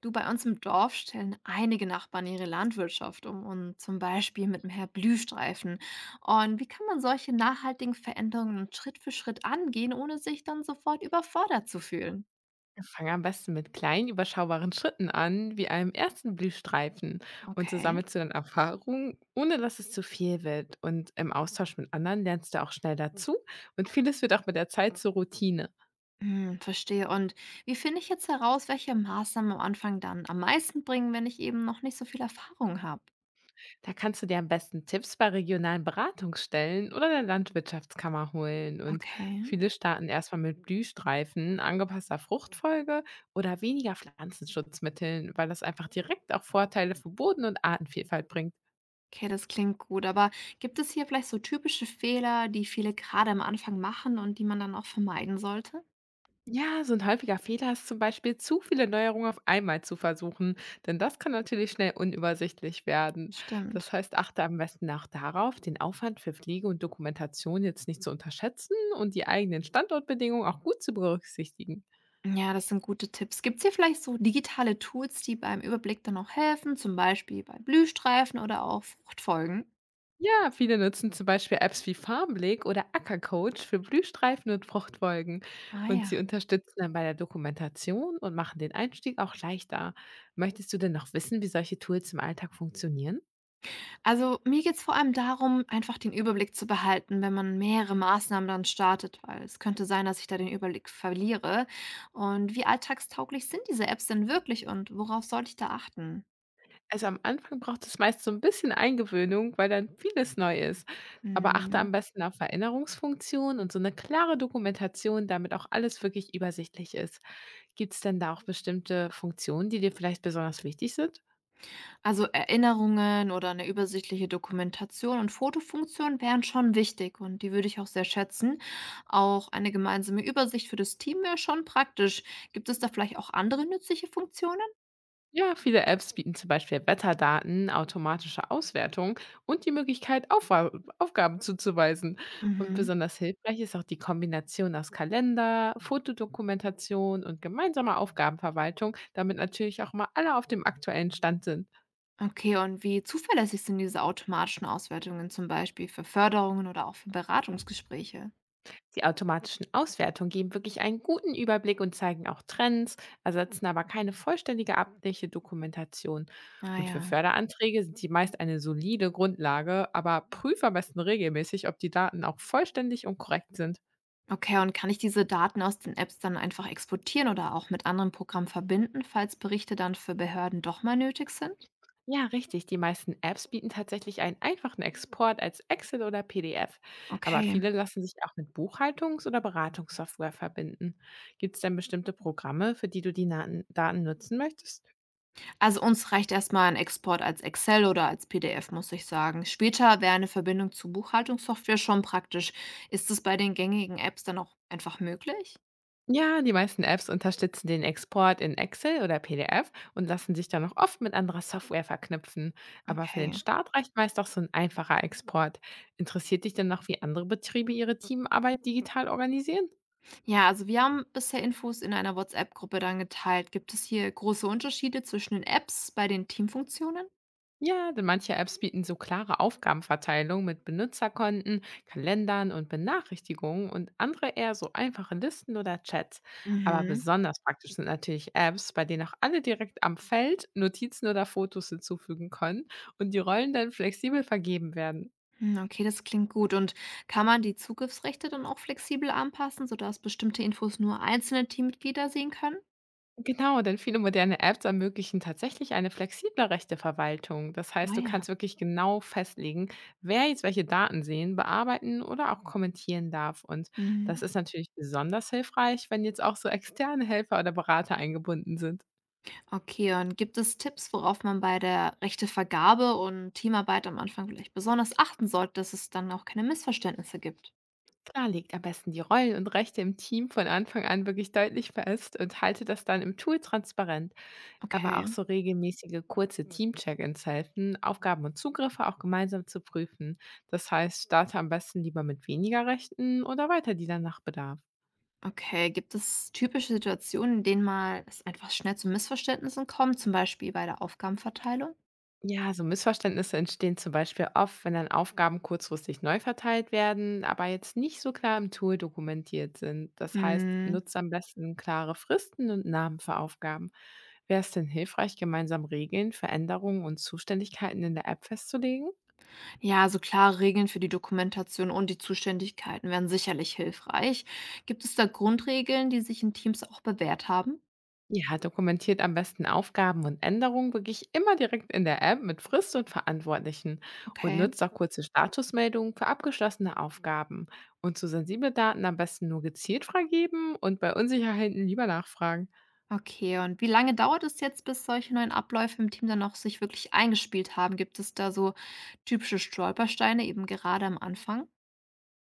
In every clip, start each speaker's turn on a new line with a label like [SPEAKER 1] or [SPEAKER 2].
[SPEAKER 1] Du, bei uns im Dorf stellen einige Nachbarn ihre Landwirtschaft um und zum Beispiel mit mehr Blühstreifen. Und wie kann man solche nachhaltigen Veränderungen Schritt für Schritt angehen, ohne sich dann sofort überfordert zu fühlen?
[SPEAKER 2] Fang am besten mit kleinen, überschaubaren Schritten an, wie einem ersten Blühstreifen. Und so
[SPEAKER 1] Okay,
[SPEAKER 2] sammelst du dann Erfahrungen, ohne dass es zu viel wird. Und im Austausch mit anderen lernst du auch schnell dazu. Und vieles wird auch mit der Zeit zur Routine.
[SPEAKER 1] verstehe. Und wie finde ich jetzt heraus, welche Maßnahmen am Anfang dann am meisten bringen, wenn ich eben noch nicht so viel Erfahrung habe?
[SPEAKER 2] Da kannst du dir am besten Tipps bei regionalen Beratungsstellen oder der Landwirtschaftskammer holen. Und
[SPEAKER 1] Okay.
[SPEAKER 2] viele starten erstmal mit Blühstreifen, angepasster Fruchtfolge oder weniger Pflanzenschutzmitteln, weil das einfach direkt auch Vorteile für Boden und Artenvielfalt bringt.
[SPEAKER 1] Okay, das klingt gut. Aber gibt es hier vielleicht so typische Fehler, die viele gerade am Anfang machen und die man dann auch vermeiden sollte?
[SPEAKER 2] Ja, so ein häufiger Fehler ist zum Beispiel, zu viele Neuerungen auf einmal zu versuchen, denn das kann natürlich schnell unübersichtlich werden.
[SPEAKER 1] Stimmt.
[SPEAKER 2] Das heißt, achte am besten auch darauf, den Aufwand für Pflege und Dokumentation jetzt nicht zu unterschätzen und die eigenen Standortbedingungen auch gut zu berücksichtigen.
[SPEAKER 1] Ja, das sind gute Tipps. Gibt es hier vielleicht so digitale Tools, die beim Überblick dann auch helfen, zum Beispiel bei Blühstreifen oder auch Fruchtfolgen?
[SPEAKER 2] Ja, viele nutzen zum Beispiel Apps wie Farmblick oder Ackercoach für Blühstreifen und Fruchtfolgen.
[SPEAKER 1] Ah
[SPEAKER 2] Und sie
[SPEAKER 1] ja.
[SPEAKER 2] unterstützen dann bei der Dokumentation und machen den Einstieg auch leichter. Möchtest du denn noch wissen, wie solche Tools im Alltag funktionieren?
[SPEAKER 1] Also mir geht es vor allem darum, einfach den Überblick zu behalten, wenn man mehrere Maßnahmen dann startet, weil es könnte sein, dass ich da den Überblick verliere. Und wie alltagstauglich sind diese Apps denn wirklich und worauf sollte ich da achten?
[SPEAKER 2] Also, am Anfang braucht es meist so ein bisschen Eingewöhnung, weil dann vieles neu ist. Aber achte am besten auf Erinnerungsfunktionen und so eine klare Dokumentation, damit auch alles wirklich übersichtlich ist. Gibt es denn da auch bestimmte Funktionen, die dir vielleicht besonders wichtig sind?
[SPEAKER 1] Also Erinnerungen oder eine übersichtliche Dokumentation und Fotofunktion wären schon wichtig und die würde ich auch sehr schätzen. Auch eine gemeinsame Übersicht für das Team wäre schon praktisch. Gibt es da vielleicht auch andere nützliche Funktionen?
[SPEAKER 2] Ja, viele Apps bieten zum Beispiel Wetterdaten, automatische Auswertung und die Möglichkeit, Aufwa Aufgaben zuzuweisen. Und
[SPEAKER 1] Mhm.
[SPEAKER 2] besonders hilfreich ist auch die Kombination aus Kalender, Fotodokumentation und gemeinsamer Aufgabenverwaltung, damit natürlich auch mal alle auf dem aktuellen Stand sind.
[SPEAKER 1] Okay, und wie zuverlässig sind diese automatischen Auswertungen zum Beispiel für Förderungen oder auch für Beratungsgespräche?
[SPEAKER 2] Die automatischen Auswertungen geben wirklich einen guten Überblick und zeigen auch Trends, ersetzen aber keine vollständige amtliche Dokumentation.
[SPEAKER 1] Ah
[SPEAKER 2] Und für
[SPEAKER 1] ja.
[SPEAKER 2] Förderanträge sind sie meist eine solide Grundlage, aber prüfe am besten regelmäßig, ob die Daten auch vollständig und korrekt sind.
[SPEAKER 1] Okay, und kann ich diese Daten aus den Apps dann einfach exportieren oder auch mit anderen Programmen verbinden, falls Berichte dann für Behörden doch mal nötig sind?
[SPEAKER 2] Ja, richtig. Die meisten Apps bieten tatsächlich einen einfachen Export als Excel oder PDF. Aber
[SPEAKER 1] Okay.
[SPEAKER 2] viele lassen sich auch mit Buchhaltungs- oder Beratungssoftware verbinden. Gibt es denn bestimmte Programme, für die du die Daten nutzen möchtest?
[SPEAKER 1] Also uns reicht erst mal ein Export als Excel oder als PDF, muss ich sagen. Später wäre eine Verbindung zu Buchhaltungssoftware schon praktisch. Ist es bei den gängigen Apps dann auch einfach möglich?
[SPEAKER 2] Ja, die meisten Apps unterstützen den Export in Excel oder PDF und lassen sich dann auch oft mit anderer Software verknüpfen. Aber für den
[SPEAKER 1] Okay.
[SPEAKER 2] Start reicht meist auch so ein einfacher Export. Interessiert dich denn noch, wie andere Betriebe ihre Teamarbeit digital organisieren?
[SPEAKER 1] Ja, also wir haben bisher Infos in einer WhatsApp-Gruppe dann geteilt. Gibt es hier große Unterschiede zwischen den Apps bei den Teamfunktionen?
[SPEAKER 2] Ja, denn manche Apps bieten so klare Aufgabenverteilung mit Benutzerkonten, Kalendern und Benachrichtigungen und andere eher so einfache Listen oder Chats. Aber
[SPEAKER 1] Mhm.
[SPEAKER 2] besonders praktisch sind natürlich Apps, bei denen auch alle direkt am Feld Notizen oder Fotos hinzufügen können und die Rollen dann flexibel vergeben werden.
[SPEAKER 1] Okay, das klingt gut. Und kann man die Zugriffsrechte dann auch flexibel anpassen, sodass bestimmte Infos nur einzelne Teammitglieder sehen können?
[SPEAKER 2] Genau, denn viele moderne Apps ermöglichen tatsächlich eine flexible Rechteverwaltung. Das heißt, du
[SPEAKER 1] Ah
[SPEAKER 2] kannst wirklich genau festlegen, wer jetzt welche Daten sehen, bearbeiten oder auch kommentieren darf. Und
[SPEAKER 1] ja.
[SPEAKER 2] das ist natürlich besonders hilfreich, wenn jetzt auch so externe Helfer oder Berater eingebunden sind.
[SPEAKER 1] Okay, und gibt es Tipps, worauf man bei der Rechtevergabe und Teamarbeit am Anfang vielleicht besonders achten sollte, dass es dann auch keine Missverständnisse gibt?
[SPEAKER 2] Klar, legt am besten die Rollen und Rechte im Team von Anfang an wirklich deutlich fest und halte das dann im Tool transparent. Aber
[SPEAKER 1] Okay,
[SPEAKER 2] auch so regelmäßige kurze Team-Check-ins helfen, Aufgaben und Zugriffe auch gemeinsam zu prüfen. Das heißt, starte am besten lieber mit weniger Rechten oder weiter die dann nach Bedarf.
[SPEAKER 1] okay. Gibt es typische Situationen, in denen mal es einfach schnell zu Missverständnissen kommt, zum Beispiel bei der Aufgabenverteilung?
[SPEAKER 2] Ja, so Missverständnisse entstehen zum Beispiel oft, wenn dann Aufgaben kurzfristig neu verteilt werden, aber jetzt nicht so klar im Tool dokumentiert sind. Das heißt,
[SPEAKER 1] Hm,
[SPEAKER 2] nutzt am besten klare Fristen und Namen für Aufgaben. Wäre es denn hilfreich, gemeinsam Regeln, Veränderungen und Zuständigkeiten in der App festzulegen?
[SPEAKER 1] ja, so klare Regeln für die Dokumentation und die Zuständigkeiten wären sicherlich hilfreich. Gibt es da Grundregeln, die sich in Teams auch bewährt haben?
[SPEAKER 2] Ja, dokumentiert am besten Aufgaben und Änderungen wirklich immer direkt in der App mit Frist und Verantwortlichen und
[SPEAKER 1] Okay.
[SPEAKER 2] nutzt auch kurze Statusmeldungen für abgeschlossene Aufgaben. Und zu sensible Daten am besten nur gezielt freigeben und bei Unsicherheiten lieber nachfragen.
[SPEAKER 1] Okay, und wie lange dauert es jetzt, bis solche neuen Abläufe im Team dann auch sich wirklich eingespielt haben? Gibt es da so typische Stolpersteine eben gerade am Anfang?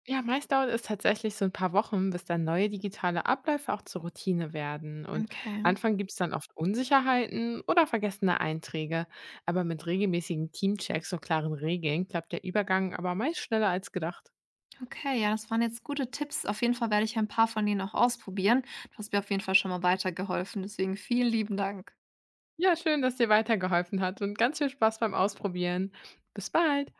[SPEAKER 2] Ja, meist dauert es tatsächlich so ein paar Wochen, bis dann neue digitale Abläufe auch zur Routine werden. Und
[SPEAKER 1] Okay.
[SPEAKER 2] Anfang gibt es dann oft Unsicherheiten oder vergessene Einträge. Aber mit regelmäßigen Teamchecks und klaren Regeln klappt der Übergang aber meist schneller als gedacht.
[SPEAKER 1] Okay, ja, das waren jetzt gute Tipps. Auf jeden Fall werde ich ein paar von denen auch ausprobieren. Du hast mir auf jeden Fall schon mal weitergeholfen. Deswegen vielen lieben Dank.
[SPEAKER 2] Ja, schön, dass dir weitergeholfen hat und ganz viel Spaß beim Ausprobieren. Bis bald.